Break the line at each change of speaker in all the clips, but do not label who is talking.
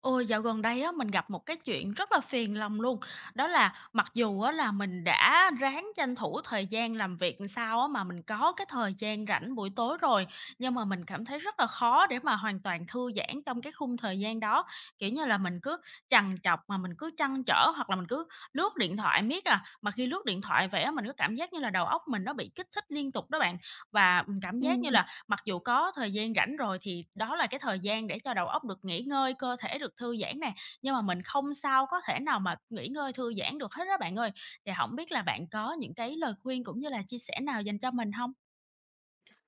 Ôi, dạo gần đây á, mình gặp một cái chuyện rất là phiền lòng luôn. Đó là mặc dù á, là mình đã ráng tranh thủ thời gian làm việc làm sao á, mà mình có cái thời gian rảnh buổi tối rồi, nhưng mà mình cảm thấy rất là khó để mà hoàn toàn thư giãn trong cái khung thời gian đó. Kiểu như là mình cứ trằn trọc mà mình cứ trăn trở hoặc là mình cứ lướt điện thoại miết à, mà khi lướt điện thoại vậy á, mình có cảm giác như là đầu óc mình nó bị kích thích liên tục đó bạn. Và mình cảm giác như
Ừm,
là Mặc dù có thời gian rảnh rồi thì đó là cái thời gian để cho đầu óc được nghỉ ngơi, cơ thể được thư giãn nè, nhưng mà mình không sao có thể nào mà nghỉ ngơi, thư giãn được hết đó bạn ơi. Thì không biết là bạn có những cái lời khuyên cũng như là chia sẻ nào dành cho mình không?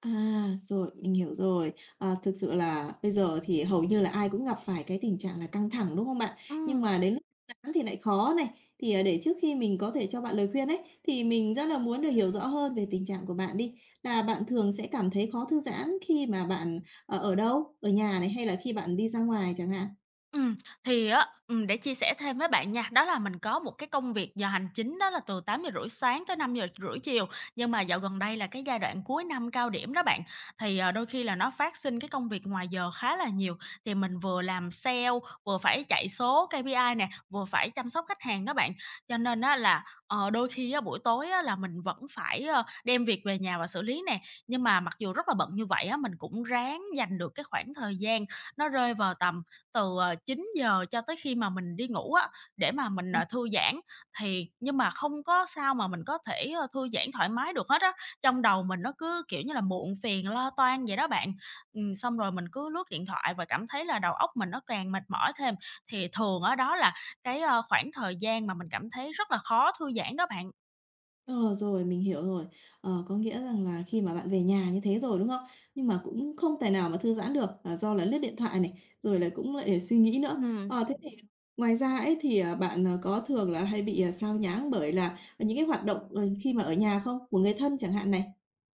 À, rồi, mình hiểu rồi. Ờ, thực sự là bây giờ thì hầu như là ai cũng gặp phải cái tình trạng là căng thẳng, đúng không bạn? Nhưng
Ừm.
mà đến lúc giãn thì lại khó này. Thì, à, để trước khi mình có thể cho bạn lời khuyên ấy, thì mình rất là muốn được hiểu rõ hơn về tình trạng của bạn đi, là bạn thường sẽ cảm thấy khó thư giãn khi mà bạn, ở đâu? Ở nhà này, hay là khi bạn đi ra ngoài chẳng hạn?
Ừm, thì á, để chia sẻ thêm với bạn nha, đó là mình có một cái công việc giờ hành chính đó là từ 8h30 sáng tới 5h30 chiều. Nhưng mà dạo gần đây là cái giai đoạn cuối năm cao điểm đó bạn, thì, đôi khi là nó phát sinh cái công việc ngoài giờ khá là nhiều. Thì mình vừa làm sale, vừa phải chạy số KPI nè, vừa phải chăm sóc khách hàng đó bạn. Cho nên á là, đôi khi á, buổi tối á là mình vẫn phải, đem việc về nhà và xử lý nè. Nhưng mà mặc dù rất là bận như vậy á, mình cũng ráng dành được cái khoảng thời gian nó rơi vào tầm từ, 9 giờ cho tới khi mà mình đi ngủ á, để mà mình, thư giãn thì nhưng mà không có sao mà mình có thể, thư giãn thoải mái được hết á. Trong đầu mình nó cứ, kiểu như là, muộn phiền, lo toan vậy đó bạn. Xong rồi mình cứ lướt điện thoại và cảm thấy là đầu óc mình nó càng mệt mỏi thêm, thì thường ở đó là cái, khoảng thời gian mà mình cảm thấy rất là khó thư giãn đó bạn.
Ờ, rồi, mình hiểu rồi. Ờ, có nghĩa rằng là khi mà bạn về nhà như thế rồi, đúng không? Nhưng mà cũng không tài nào mà thư giãn được, à, do là lướt điện thoại này, rồi là cũng lại suy nghĩ nữa.
Ừm.
Ờ, thế thì ngoài ra ấy thì, à, bạn, có thường là hay bị, à, xao nhãng bởi là những cái hoạt động, khi mà ở nhà không? Của người thân chẳng hạn này?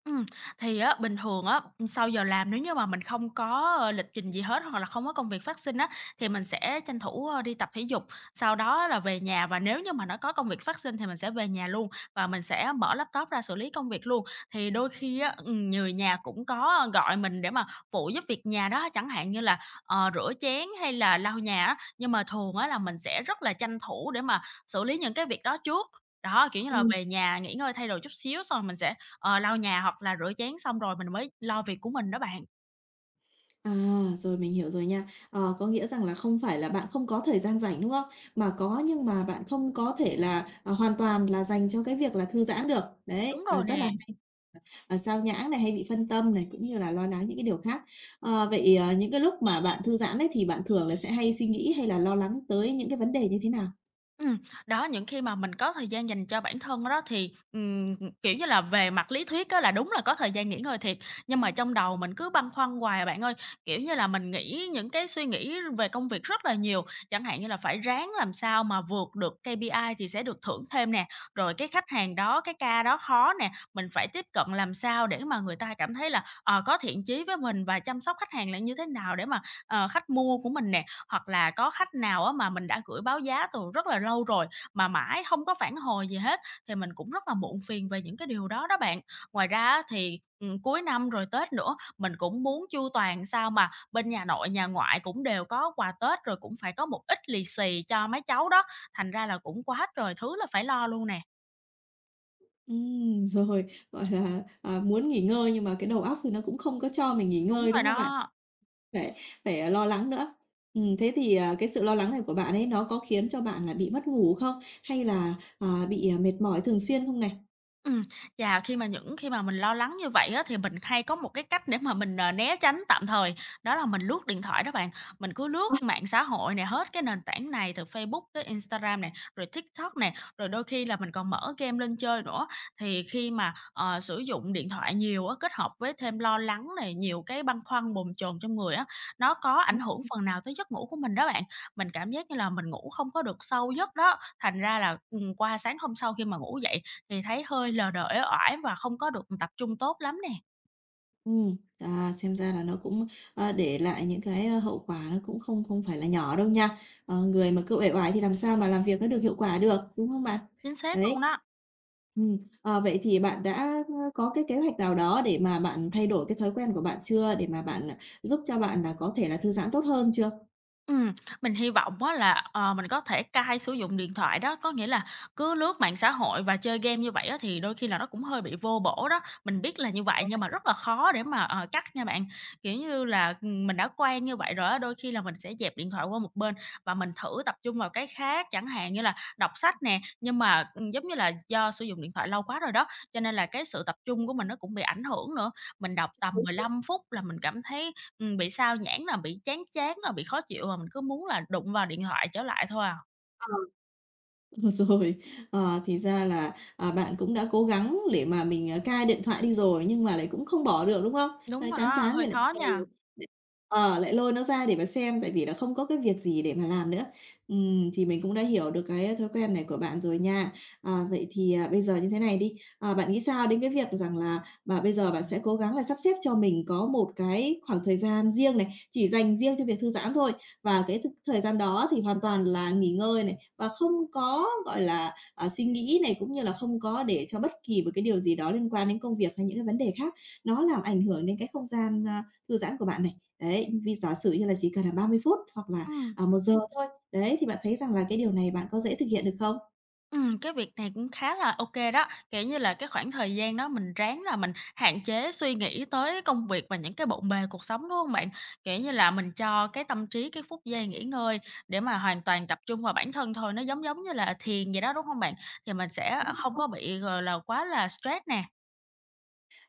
Ừm, thì á, bình thường á, sau giờ làm nếu như mà mình không có, lịch trình gì hết hoặc là không có công việc phát sinh á, thì mình sẽ tranh thủ, đi tập thể dục, sau đó là về nhà và nếu như mà nó có công việc phát sinh thì mình sẽ về nhà luôn và mình sẽ mở laptop ra xử lý công việc luôn. Thì đôi khi á, người nhà cũng có gọi mình để mà phụ giúp việc nhà đó, chẳng hạn như là, rửa chén hay là lau nhà á, nhưng mà thường á là mình sẽ rất là tranh thủ để mà xử lý những cái việc đó trước. Đó, kiểu như là,
Ừm,
về nhà nghỉ ngơi thay đồ chút xíu xong rồi mình sẽ lau nhà hoặc là rửa chén xong rồi mình mới lo việc của mình đó bạn.
À, rồi mình hiểu rồi nha. Ờ, có nghĩa rằng là không phải là bạn không có thời gian rảnh, đúng không? Mà có nhưng mà bạn không có thể là, à, hoàn toàn là dành cho cái việc là thư giãn được. Đấy,
Đúng
và
rồi
rất là
nè.
hay à, xao nhãng này, hay bị phân tâm này, cũng như là lo lắng những cái điều khác. Ờ, vậy, những cái lúc mà bạn thư giãn đấy thì bạn thường là sẽ hay suy nghĩ hay là lo lắng tới những cái vấn đề như thế nào?
Ừm, đó, những khi mà mình có thời gian dành cho bản thân đó thì, kiểu như là, về mặt lý thuyết á là đúng là có thời gian nghỉ ngơi thiệt, nhưng mà trong đầu mình cứ băn khoăn hoài à bạn ơi. Kiểu như là, mình nghĩ những cái suy nghĩ về công việc rất là nhiều, chẳng hạn như là phải ráng làm sao mà vượt được KPI thì sẽ được thưởng thêm nè, rồi cái khách hàng đó, cái ca đó khó nè, mình phải tiếp cận làm sao để mà người ta cảm thấy là, có thiện chí với mình và chăm sóc khách hàng là như thế nào để mà, khách mua của mình nè. Hoặc là có khách nào á mà mình đã gửi báo giá từ rất là lâu rồi mà mãi không có phản hồi gì hết, thì mình cũng rất là muộn phiền về những cái điều đó đó bạn. Ngoài ra á thì, cuối năm rồi Tết nữa, mình cũng muốn chu toàn sao mà bên nhà nội, nhà ngoại cũng đều có quà Tết, rồi cũng phải có một ít lì xì cho mấy cháu đó, thành ra là cũng quá trời thứ là phải lo luôn nè.
Rồi, gọi là, à, muốn nghỉ ngơi nhưng mà cái đầu óc thì nó cũng không có cho mình nghỉ
Đúng
ngơi, đúng
rồi
không bạn?
đó.
Phải phải, à, lo lắng nữa. Thế thì, à, cái sự lo lắng này của bạn ấy, nó có khiến cho bạn là bị mất ngủ không? Hay là, à, bị, à, mệt mỏi thường xuyên không này?
Ừm, chà, khi mà những khi mà mình lo lắng như vậy á, thì mình hay có một cái cách để mà mình, né tránh tạm thời, đó là mình lướt điện thoại đó bạn. Mình cứ lướt mạng xã hội này hết cái nền tảng này từ Facebook tới Instagram này rồi TikTok này rồi đôi khi là mình còn mở game lên chơi nữa. Thì khi mà, sử dụng điện thoại nhiều á, kết hợp với thêm lo lắng này, nhiều cái băn khoăn bồn chồn trong người á, nó có ảnh hưởng phần nào tới giấc ngủ của mình đó bạn. Mình cảm giác như là mình ngủ không có được sâu giấc đó, thành ra là, qua sáng hôm sau khi mà ngủ dậy thì thấy hơi lờ đờ, uể oải và không có được tập trung tốt lắm nè.
À, xem ra là nó cũng, a, để lại những cái, a, hậu quả nó cũng không không phải là nhỏ đâu nha. Ờ, người mà cứ uể oải thì làm sao mà làm việc nó được hiệu quả được, đúng không bạn?
Chính xác luôn
Đấy.
đó.
Ờ, vậy thì bạn đã, có cái kế hoạch nào đó để mà bạn thay đổi cái thói quen của bạn chưa? Để mà bạn, à, giúp cho bạn là có thể là thư giãn tốt hơn chưa?
Ừm, mình hy vọng á là, mình có thể cai sử dụng điện thoại đó, có nghĩa là cứ lướt mạng xã hội và chơi game như vậy á thì đôi khi là nó cũng hơi bị vô bổ đó. Mình biết là như vậy nhưng mà rất là khó để mà, cắt nha bạn. Kiểu như là, mình đã quen như vậy rồi á, đôi khi là mình sẽ dẹp điện thoại qua một bên và mình thử tập trung vào cái khác, chẳng hạn như là đọc sách nè, nhưng mà, giống như là do sử dụng điện thoại lâu quá rồi đó, cho nên là cái sự tập trung của mình nó cũng bị ảnh hưởng nữa. Mình đọc tầm mười lăm phút là mình cảm thấy bị sao nhãng nè, bị chán chán nè, bị khó chịu mà mình cứ muốn là đụng vào điện thoại trở lại thôi à.
Đúng rồi, ờ, thì ra là, à, bạn cũng đã cố gắng để mà mình, à, cai điện thoại đi rồi nhưng mà lại cũng không bỏ được, đúng không? Ờ,
Đúng rồi
chán
đó,
chán thì
hơi
lại bắt
khó nha.
đầu. Ờ, lại lôi nó ra để mà xem, tại vì là không có cái việc gì để mà làm nữa. Thì mình cũng đã hiểu được cái thói quen này của bạn rồi nha. À, vậy thì, à, bây giờ như thế này đi, à, bạn nghĩ sao đến cái việc rằng là và bây giờ bạn sẽ cố gắng là sắp xếp cho mình có một cái khoảng thời gian riêng này, chỉ dành riêng cho việc thư giãn thôi, và cái thời gian đó thì hoàn toàn là nghỉ ngơi này, và không có, gọi là, à, suy nghĩ này, cũng như là không có để cho bất kỳ một cái điều gì đó liên quan đến công việc hay những cái vấn đề khác, nó làm ảnh hưởng đến cái không gian, a, thư giãn của bạn này. Đấy, vì giả sử như là chỉ cần là 30 phút hoặc là,
Ừm,
à, 1 giờ thôi. Đấy, thì bạn thấy rằng là cái điều này bạn có dễ thực hiện được không?
cái việc này cũng khá là ok đó, kiểu như là, cái khoảng thời gian đó mình ráng là mình hạn chế suy nghĩ tới công việc và những cái bộn bề cuộc sống, đúng không bạn? Kiểu như là, mình cho cái tâm trí cái phút giây nghỉ ngơi để mà hoàn toàn tập trung vào bản thân thôi, nó giống giống như là thiền vậy đó, đúng không bạn? Thì mình sẽ, không có bị, gọi là, quá là stress nè.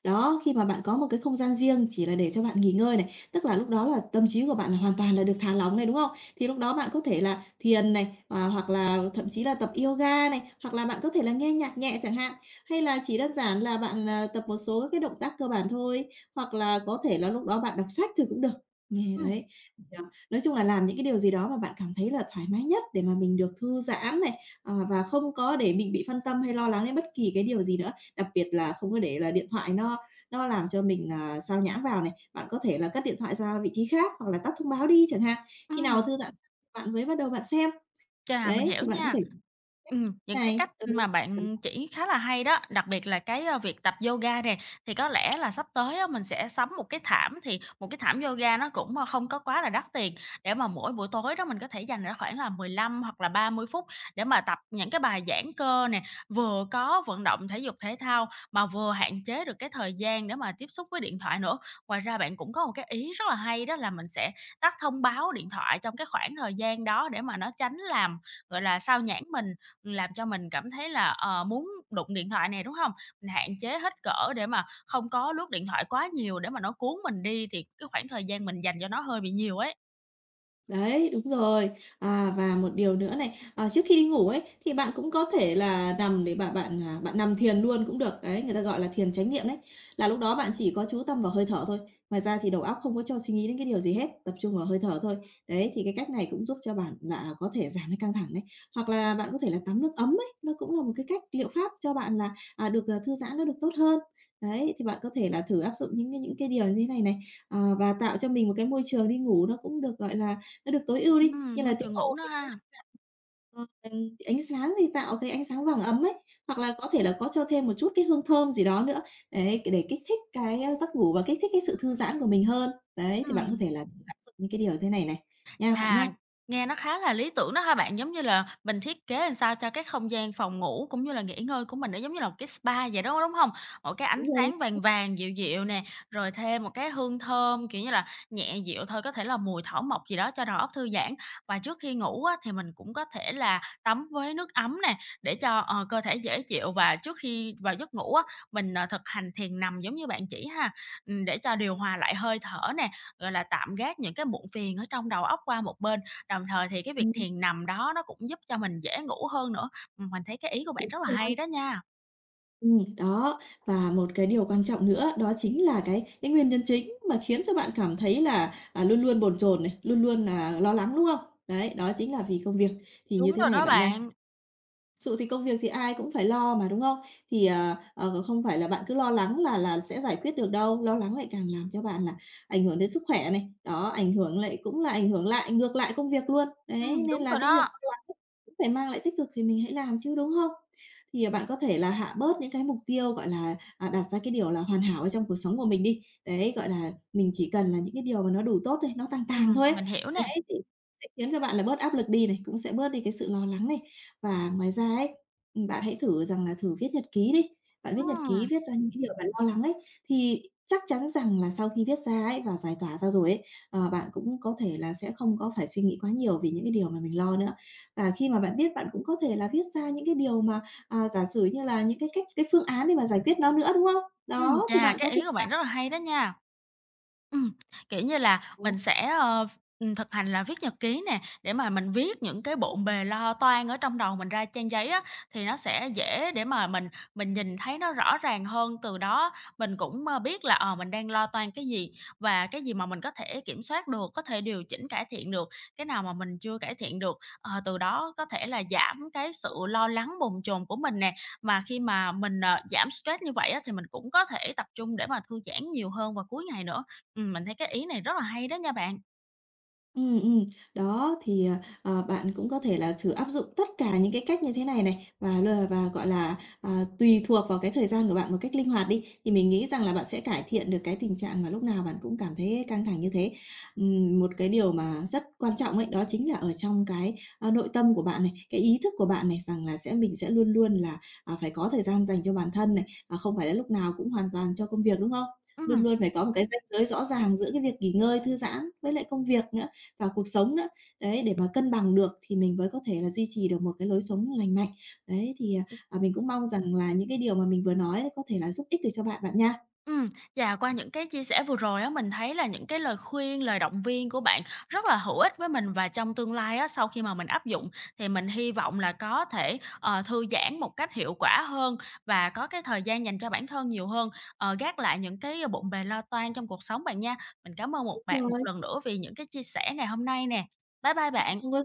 Đó, khi mà bạn có một cái không gian riêng chỉ là để cho bạn nghỉ ngơi này, tức là lúc đó là tâm trí của bạn là hoàn toàn là được thả lỏng này, đúng không? Thì lúc đó bạn có thể là thiền này, à, hoặc là thậm chí là tập yoga này, hoặc là bạn có thể là nghe nhạc nhẹ chẳng hạn, hay là chỉ đơn giản là bạn, à, tập một số các cái động tác cơ bản thôi, hoặc là có thể là lúc đó bạn đọc sách thì cũng được. Nghe
Ừ,
đấy, ờ, nói chung là làm những cái điều gì đó mà bạn cảm thấy là thoải mái nhất để mà mình được thư giãn này, ờ, và không có để mình bị phân tâm hay lo lắng đến bất kỳ cái điều gì nữa. Đặc biệt là không có để là điện thoại nó làm cho mình là xao nhãng vào này. Bạn có thể là cất điện thoại ra vị trí khác hoặc là tắt thông báo đi chẳng hạn. Khi nào
ừ.
thư giãn bạn mới bắt đầu bạn xem.
Chà, mình
Đấy,
hiểu
thì bạn có
nha.
thể
Những cái
này,
cách
ừ.
mà bạn chỉ khá là hay đó, đặc biệt là cái, việc tập yoga nè, thì có lẽ là sắp tới á, mình sẽ sắm một cái thảm, thì một cái thảm yoga nó cũng, không có quá là đắt tiền, để mà mỗi buổi tối đó mình có thể dành ra khoảng là 15 hoặc là 30 phút để mà tập những cái bài giãn cơ nè, vừa có vận động thể dục thể thao mà vừa hạn chế được cái thời gian để mà tiếp xúc với điện thoại nữa. Ngoài ra bạn cũng có một cái ý rất là hay đó là mình sẽ tắt thông báo điện thoại trong cái khoảng thời gian đó để mà nó tránh làm gọi là, sao nhãng mình, làm cho mình cảm thấy là, muốn đụng điện thoại nè, đúng hông? Mình hạn chế hết cỡ để mà không có lướt điện thoại quá nhiều để mà nó cuốn mình đi thì cái khoảng thời gian mình dành cho nó hơi bị nhiều ấy.
Đấy, đúng rồi. À, và một điều nữa này, ờ, trước khi đi ngủ ấy, thì bạn cũng có thể là nằm để bạn bạn, à, bạn nằm thiền luôn cũng được. Đấy, người ta gọi là thiền chánh niệm đấy, là lúc đó bạn chỉ có chú tâm vào hơi thở thôi, ngoài ra thì đầu óc không có cho suy nghĩ đến cái điều gì hết, tập trung vào hơi thở thôi. Đấy, thì cái cách này cũng giúp cho bạn là có thể giảm cái căng thẳng đấy. Hoặc là bạn có thể là tắm nước ấm ấy, nó cũng là một cái cách liệu pháp cho bạn là, à, được, à, thư giãn nó được tốt hơn. Đấy, thì bạn có thể là thử áp dụng những cái điều như thế này này, ờ, và tạo cho mình một cái môi trường đi ngủ nó cũng được, gọi là, nó được tối ưu đi, như là
Môi
tiếng
trường ngủ
ồn
nữa
thì cũng
ha.
ờ, ánh sáng thì tạo cái ánh sáng vàng ấm ấy, hoặc là có thể là có cho thêm một chút cái hương thơm gì đó nữa, đấy, để kích thích cái, a, giấc ngủ và kích thích cái sự thư giãn của mình hơn. Đấy, thì bạn có
Ừm.
thể là áp dụng những cái điều thế này này, nha, bạn
Chà,
nha.
nghe nó khá là lý tưởng đó ha bạn, giống như là mình thiết kế làm sao cho cái không gian phòng ngủ cũng như là nghỉ ngơi của mình nó giống như là một cái spa vậy đó, đúng không? Một cái ánh
Đúng rồi,
sáng vàng vàng, dịu dịu nè, rồi thêm một cái hương thơm, kiểu như là, nhẹ dịu thôi, có thể là mùi thảo mộc gì đó cho đầu óc thư giãn. Và trước khi ngủ á, thì mình cũng có thể là tắm với nước ấm nè, để cho, cơ thể dễ chịu và trước khi vào giấc ngủ á, mình, thực hành thiền nằm giống như bạn chỉ ha, để cho điều hòa lại hơi thở nè, gọi là, tạm gác những cái muộn phiền ở trong đầu óc qua một bên, đồng thời thì cái việc
ừm.
thiền nằm đó nó cũng giúp cho mình dễ ngủ hơn nữa. Mình thấy cái ý của bạn
Đúng
rất là
rồi,
hay đó nha.
đó, và một cái điều quan trọng nữa đó chính là cái nguyên nhân chính mà khiến cho bạn cảm thấy là, à, luôn luôn bồn chồn này, luôn luôn là lo lắng, đúng không? Đấy, đó chính là vì công việc. Thì như
Đúng
thế
rồi
này
đó
bạn nha.
bạn.
Sự thì công việc thì ai cũng phải lo mà, đúng không? Thì, không phải là bạn cứ lo lắng là sẽ giải quyết được đâu, lo lắng lại càng làm cho bạn là ảnh hưởng đến sức khỏe này, đó, ảnh hưởng lại cũng là ảnh hưởng lại ngược lại công việc luôn. Đấy, nên
Đúng
là
rồi
cái
đó.
việc lo lắng cũng phải mang lại tích cực thì mình hãy làm chứ, đúng không? Thì, à, bạn có thể là hạ bớt những cái mục tiêu, gọi là, à, đặt ra cái điều là hoàn hảo ở trong cuộc sống của mình đi. Đấy, gọi là, mình chỉ cần là những cái điều mà nó đủ tốt thôi, nó tàng tàng thôi ấy.
Mình hiểu nè.
Đấy, thì sẽ khiến cho bạn là bớt áp lực đi này, cũng sẽ bớt đi cái sự lo lắng này. Và ngoài ra ấy, bạn hãy thử rằng là thử viết nhật ký đi. Bạn viết nhật ký,
Ừm,
viết ra những cái điều bạn lo lắng ấy, thì chắc chắn rằng là sau khi viết ra ấy và giải tỏa ra rồi ấy, ờ, bạn cũng có thể là sẽ không có phải suy nghĩ quá nhiều về những cái điều mà mình lo nữa. Và khi mà bạn viết, bạn cũng có thể là viết ra những cái điều mà, à, giả sử như là những cái cách cái phương án để mà giải quyết nó nữa, đúng không? Đó, thì
chà,
bạn
cái
có thể
ý của bạn rất là hay đó nha. Ừm, kiểu như là,
là.
mình sẽ, thực hành là viết nhật ký nè, để mà mình viết những cái bộn bề lo toan ở trong đầu mình ra trang giấy á, thì nó sẽ dễ để mà mình nhìn thấy nó rõ ràng hơn. Từ đó mình cũng, biết là, mình đang lo toan cái gì và cái gì mà mình có thể kiểm soát được, có thể điều chỉnh, cải thiện được, cái nào mà mình chưa cải thiện được. Ờ, Từ đó có thể là giảm cái sự lo lắng, bồn chồn của mình nè, mà khi mà mình, giảm stress như vậy á, thì mình cũng có thể tập trung để mà thư giãn nhiều hơn vào cuối ngày nữa. Mình thấy cái ý này rất là hay đó nha bạn.
Ừ. Đó, thì, ờ, ờ, bạn cũng có thể là thử áp dụng tất cả những cái cách như thế này này, và, gọi là, à, tùy thuộc vào cái thời gian của bạn một cách linh hoạt đi, thì mình nghĩ rằng là bạn sẽ cải thiện được cái tình trạng mà lúc nào bạn cũng cảm thấy căng thẳng như thế. Một cái điều mà rất quan trọng ấy, đó chính là ở trong cái, a, nội tâm của bạn này, cái ý thức của bạn này rằng là sẽ mình sẽ luôn luôn là, à, phải có thời gian dành cho bản thân này, à, không phải là lúc nào cũng hoàn toàn cho công việc, đúng không? Luôn
Ừm,
luôn phải có một cái ranh giới rõ ràng giữa cái việc nghỉ ngơi, thư giãn với lại công việc nữa vào cuộc sống nữa. Đấy, để mà cân bằng được thì mình mới có thể là duy trì được một cái lối sống lành mạnh. Đấy, thì, à, à, mình cũng mong rằng là những cái điều mà mình vừa nói có thể là giúp ích được cho bạn, bạn nha.
ừm, và qua những cái chia sẻ vừa rồi á, mình thấy là những cái lời khuyên, lời động viên của bạn rất là hữu ích với mình và trong tương lai á, sau khi mà mình áp dụng thì mình hy vọng là có thể, thư giãn một cách hiệu quả hơn và có cái thời gian dành cho bản thân nhiều hơn, gác lại những cái bộn bề lo toan trong cuộc sống bạn nha. Mình cảm ơn một
Đúng
bạn một
rồi,
lần nữa vì những cái chia sẻ ngày hôm nay nè. Bye bye
không
bạn.
có